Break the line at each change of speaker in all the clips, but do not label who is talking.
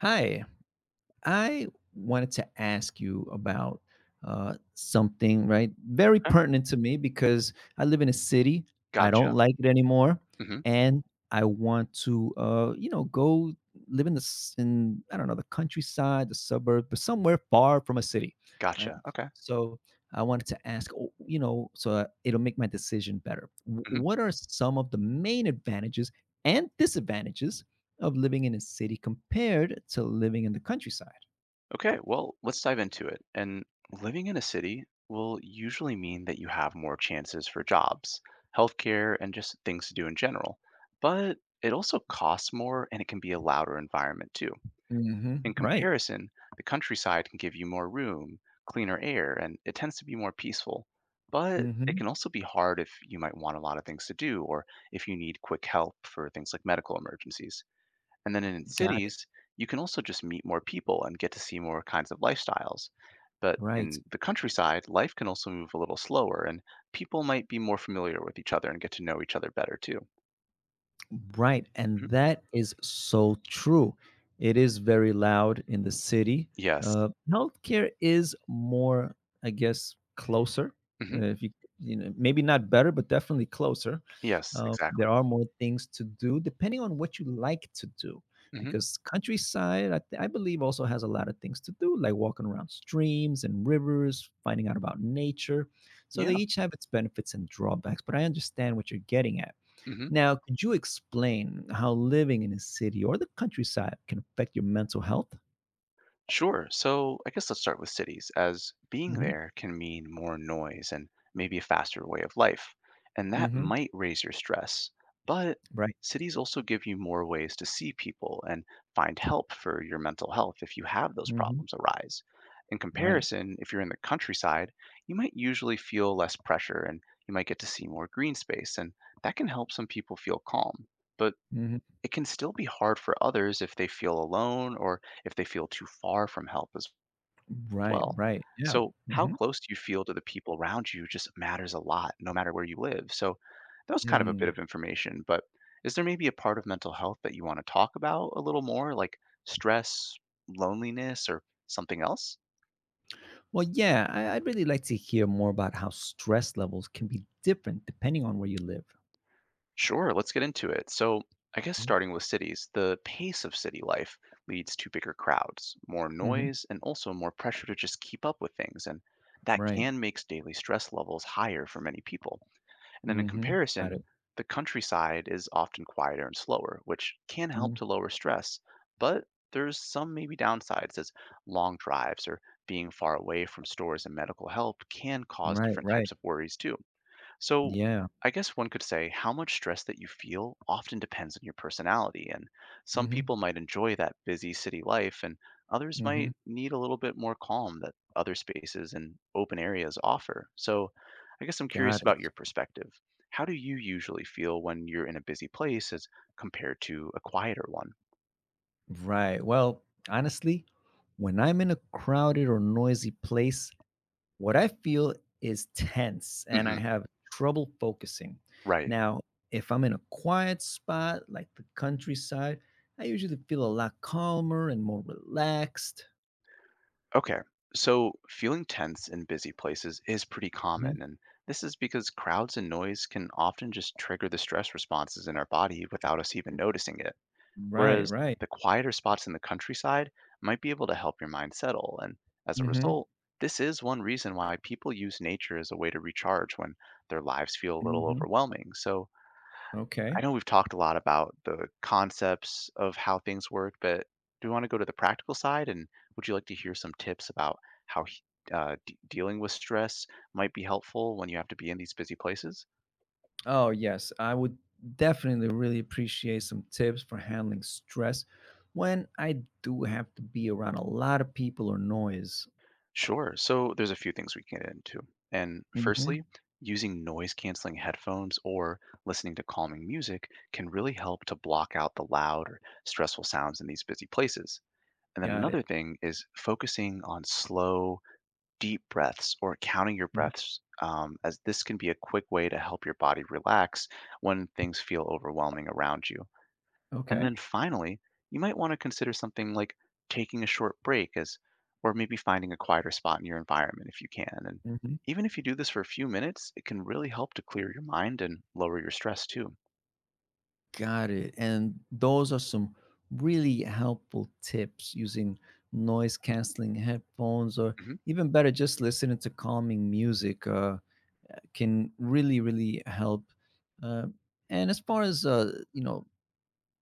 Hi. I wanted to ask you about something, right? Very
Okay.
pertinent to me because I live in a city. I don't
Gotcha.
like it anymore,
Mhm.
and I want to, go live in the s- in I don't know, the countryside, the suburb, but somewhere far from a city, right?
Gotcha. Okay.
So I wanted to ask, so that it'll make my decision better.
Mhm.
What are some of the main advantages and disadvantages of living in a city compared to living in the countryside?
Okay, well, let's dive into it. And living in a city will usually mean that you have more chances for jobs, healthcare, and just things to do in general. But it also costs more and it can be a louder environment too. In
Mhm. Right.
comparison, the countryside can give you more room, cleaner air, and it tends to be more peaceful. But it
Mhm.
can also be hard if you might want a lot of things to do or if you need quick help for things like medical emergencies. And then in
Got it.
cities, you can also just meet more people and get to see more kinds of lifestyles. But
Right.
in the countryside, life can also move a little slower, and people might be more familiar with each other and get to know each other better too.
Right, and
Mhm.
that is so true. It is very loud in the city.
Yes.
Healthcare is more, I guess, closer.
Hmm.
If you, you know, Maybe not better, but definitely closer.
Yes, exactly.
There are more things to do depending on what you like to do,
Hmm.
because countryside, I believe, also has a lot of things to do, like walking around streams and rivers, finding out about nature. So they
Yeah.
each have its benefits and drawbacks. But I understand what you're getting at.
Hmm.
Now, could you explain how living in a city or the countryside can affect your mental health?
Sure. So I guess let's start with cities, as being
Mhm,
there can mean more noise and maybe a faster way of life. And that
mhm,
might raise your stress. But
right,
cities also give you more ways to see people and find help for your mental health if you have those
mhm,
problems arise. In
right,
comparison, if you're in the countryside, you might usually feel less pressure and you might get to see more green space. And that can help some people feel calm. But
mhm,
it can still be hard for others if they feel alone or if they feel too far from help as
right,
well.
right, yeah,
So, how
mhm,
close do you feel to the people around you just matters a lot, no matter where you live. So, that was kind of a bit
mm.
of information, but is there maybe a part of mental health that you want to talk about a little more, like stress, loneliness, or something else?
Well, yeah, I'd really like to hear more about how stress levels can be different depending on where you live.
Sure, let's get into it. So, I guess
Mhm,
starting with cities, the pace of city life leads to bigger crowds, more
mhm,
noise, and also more pressure to just keep up with things. And that
right,
can make daily stress levels higher for many people. And then, in
hmm, got
comparison,
it,
the countryside is often quieter and slower, which can help
mhm,
to lower stress. But there's some maybe downsides, as long drives or being far away from stores and medical help can cause
right,
different
right,
types of worries too. So,
yeah,
I guess one could say how much stress that you feel often depends on your personality. And some
hmm,
people might enjoy that busy city life, and others
hmm,
might need a little bit more calm that other spaces and open areas offer. So, I guess I'm curious
got it,
about your perspective. How do you usually feel when you're in a busy place as compared to a quieter one?
right. Well, honestly, when I'm in a crowded or noisy place, what I feel is tense and I
Hmm.
have trouble focusing.
Right.
Now, if I'm in a quiet spot like the countryside, I usually feel a lot calmer and more relaxed.
Okay, so feeling tense in busy places is pretty
Mhm.
common, and this is because crowds and noise can often just trigger the stress responses in our body without us even noticing it.
Right,
Whereas
right.
the quieter spots in the countryside might be able to help your mind settle, and as a
Hmm.
result, this is one reason why people use nature as a way to recharge when their lives feel a little
Hmm.
overwhelming. So, I
Okay.
know we've talked a lot about the concepts of how things work, but do we want to go to the practical side? And would you like to hear some tips about how he- dealing with stress might be helpful when you have to be in these busy places?
Oh, yes. I would definitely really appreciate some tips for handling stress when I do have to be around a lot of people or noise.
Sure. So there's a few things we can get into. And
Hmm.
firstly, using noise canceling headphones or listening to calming music can really help to block out the loud or stressful sounds in these busy places. And then
Got
another
it.
thing is focusing on slow, deep breaths or counting your
Mhm.
breaths, um, as this can be a quick way to help your body relax when things feel overwhelming around you. And
Okay.
then finally, you might want to consider something like taking a short break as or maybe finding a quieter spot in your environment if you can. And
Mm-hmm.
even if you do this for a few minutes, it can really help to clear your mind and lower your stress too.
Got it. And those are some really helpful tips, using noise canceling headphones, or
Hmm.
even better, just listening to calming music can really, really help. Uh, and as far as you know,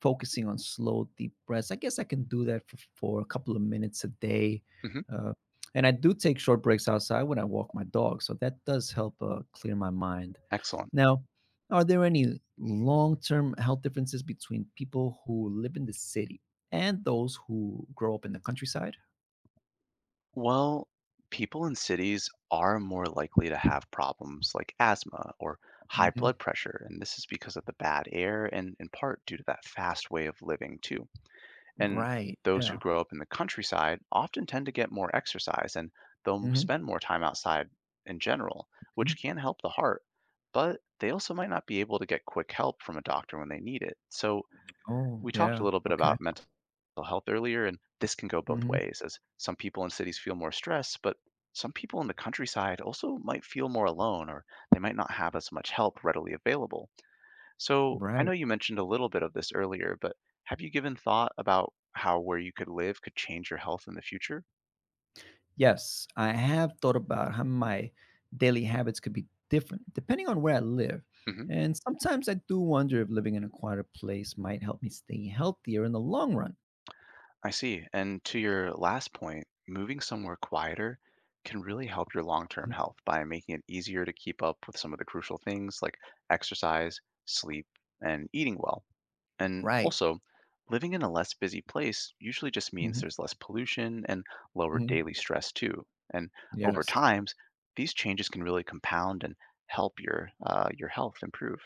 Focusing on slow, deep breaths. I guess I can do that for, a couple of minutes a day.
Hmm.
Uh, and I do take short breaks outside when I walk my dog. So that does help clear my mind.
Excellent.
Now, are there any long term health differences between people who live in the city and those who grow up in the countryside?
Well, people in cities are more likely to have problems like asthma or high blood
Hmm.
pressure, and this is because of the bad air and in part due to that fast way of living too. And
Right.
those who
Yeah.
grow up in the countryside often tend to get more exercise and they'll
Hmm.
spend more time outside in general, which can help the heart, but they also might not be able to get quick help from a doctor when they need it. So
Oh,
we talked a
yeah.
little bit
Okay.
about mental health earlier, and this can go both
Mhm.
ways, as some people in cities feel more stress, but some people in the countryside also might feel more alone, or they might not have as much help readily available. So I
Right.
know you mentioned a little bit of this earlier, but have you given thought about how where you could live could change your health in the future?
Yes, I have thought about how my daily habits could be different depending on where I live.
Mm-hmm.
And sometimes I do wonder if living in a quieter place might help me stay healthier in the long run.
I see. And to your last point, moving somewhere quieter can really help your long term
Mhm.
health by making it easier to keep up with some of the crucial things like exercise, sleep, and eating well. And
Right.
also, living in a less busy place usually just means
Hmm.
there's less pollution and lower
Hmm.
daily stress, too. And over
Yes.
times, these changes can really compound and help your health improve.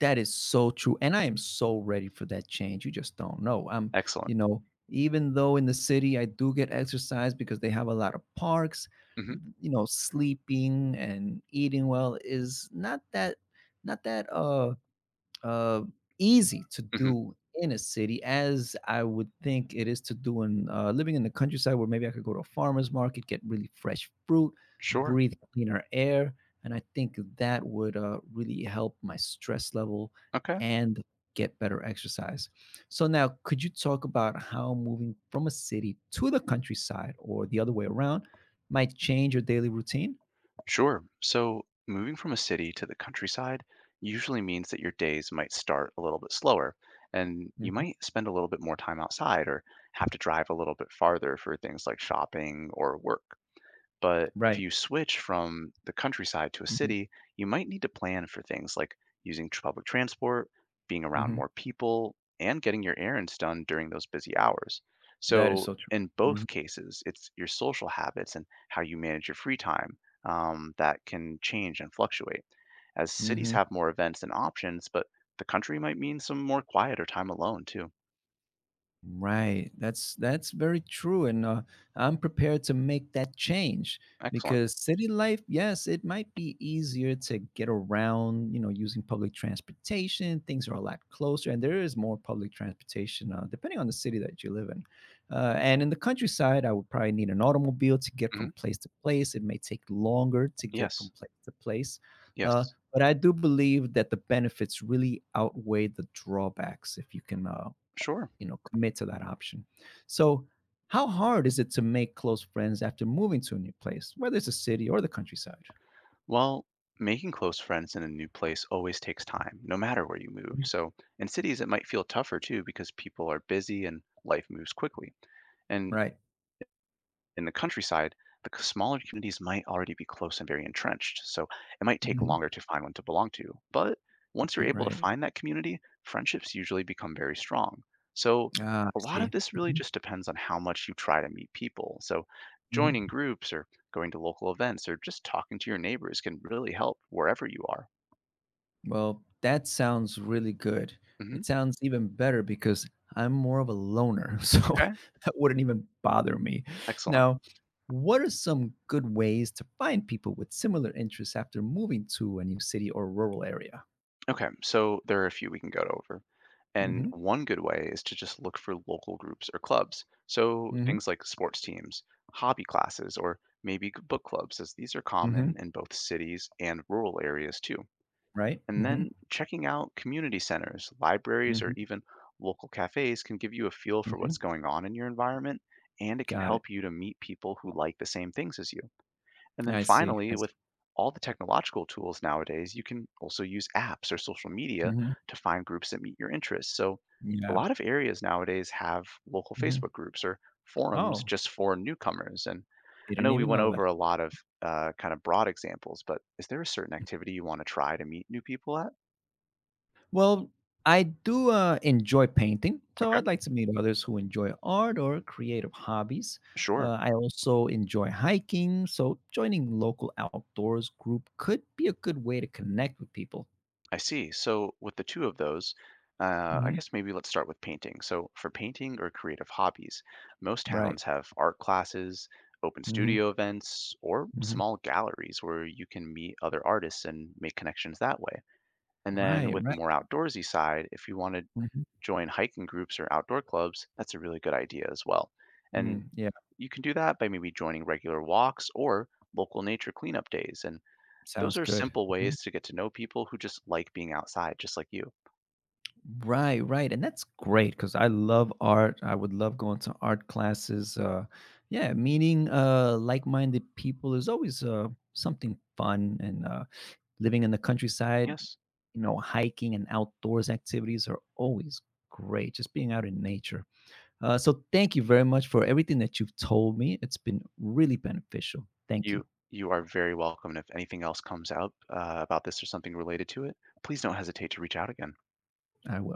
That is so true. And I am so ready for that change. You just don't know. You
Excellent.
know, Even though in the city I do get exercise because they have a lot of parks,
Hmm.
you know, sleeping and eating well is not that uh, easy to
Hmm.
do in a city as I would think it is to do in living in the countryside, where maybe I could go to a farmer's market, get really fresh fruit,
Sure.
breathe cleaner air. And I think that would really help my stress level
Okay.
and get better exercise. So, now could you talk about how moving from a city to the countryside or the other way around might change your daily routine?
Sure. So, moving from a city to the countryside usually means that your days might start a little bit slower and you
Mhm.
might spend a little bit more time outside or have to drive a little bit farther for things like shopping or work. But if
Right.
you switch from the countryside to a
Mhm.
city, you might need to plan for things like using public transport, being around
Mhm.
more people, and getting your errands done during those busy hours.
That is
So,
so true.
in both
Mhm.
cases, it's your social habits and how you manage your free time that can change and fluctuate. As cities
Mhm.
have more events and options, but the country might mean some more quiet or time alone too.
Right. That's very true, and I'm prepared to make that change,
Excellent.
because city life, yes, it might be easier to get around, you know, using public transportation. Things are a lot closer, and there is more public transportation depending on the city that you live in. And in the countryside, I would probably need an automobile to get from
Hmm.
place to place. It may take longer to get
Yes.
from place to place. Uh,
Yes.
but I do believe that the benefits really outweigh the drawbacks if you can uh,
Sure.
you know commit to that option. So how hard is it to make close friends after moving to a new place, whether it's a city or the countryside?
Well, making close friends in a new place always takes time, no matter where you move.
Mhm.
So, in cities, it might feel tougher too because people are busy and life moves quickly. And
Right.
in the countryside, the smaller communities might already be close and very entrenched, so it might take
Hmm.
longer to find one to belong to. But once you're
Right,
able to
right.
find that community, friendships usually become very strong. So
Ah,
a
I
lot
see.
of this really
Hmm.
just depends on how much you try to meet people. So
Hmm.
joining groups or going to local events or just talking to your neighbors can really help wherever you are.
Well that sounds really good.
Hmm.
It sounds even better because I'm more of a loner so
Okay,
that wouldn't even bother me.
excellent.
Now, what are some good ways to find people with similar interests after moving to a new city or rural area?
Okay, so there are a few we can go over. And
Hmm.
one good way is to just look for local groups or clubs. So
Hmm.
things like sports teams, hobby classes, or maybe book clubs, as these are
Hmm.
common in both cities and rural areas too.
Right.
And
Hmm.
then checking out community centers, libraries, or
Mhm,
even local cafes can give you a feel for what's
mhm,
going on in your environment, and it can
got it.
help you to meet people who like the same things as you. And then
I see,
finally,
I see.
with all the technological tools nowadays, you can also use apps or social media
Mhm,
to find groups that meet your interests. So a
yeah,
lot of areas nowadays have local
mhm.
Facebook groups or forums
Oh,
just for newcomers. And I
didn't
know we
even
went
know that.
over a lot of kind of broad examples, but is there a certain activity you want to try to meet new people at?
Well, I do, enjoy painting, so
Okay,
I'd like to meet others who enjoy art or creative hobbies.
sure.
I also enjoy hiking, so joining local outdoors group could be a good way to connect with people.
I see. So with the two of those, I
Mhm,
guess maybe let's start with painting. So for painting or creative hobbies, most
right.
towns have art classes, open
Mhm,
studio events, or
mhm.
small galleries where you can meet other artists and make connections that way. And then
Right,
with the
right.
more outdoorsy side, if you want to
Mhm,
join hiking groups or outdoor clubs, that's a really good idea as well. And
mm, yeah,
you can do that by maybe joining regular walks or local nature cleanup days. And those
sounds
are
good.
simple
Mhm.
ways to get to know people who just like being outside, just like you.
Right, right. And that's great because I love art. I would love going to art classes. Yeah, meeting like minded people is always something fun. And living in the countryside,
Yes,
you know, hiking and outdoors activities are always great. Just being out in nature. So thank you very much for everything that you've told me. It's been really beneficial. Thank you.
you you are very welcome, and if anything else comes out, about this or something related to it, please don't hesitate to reach out again.
I will.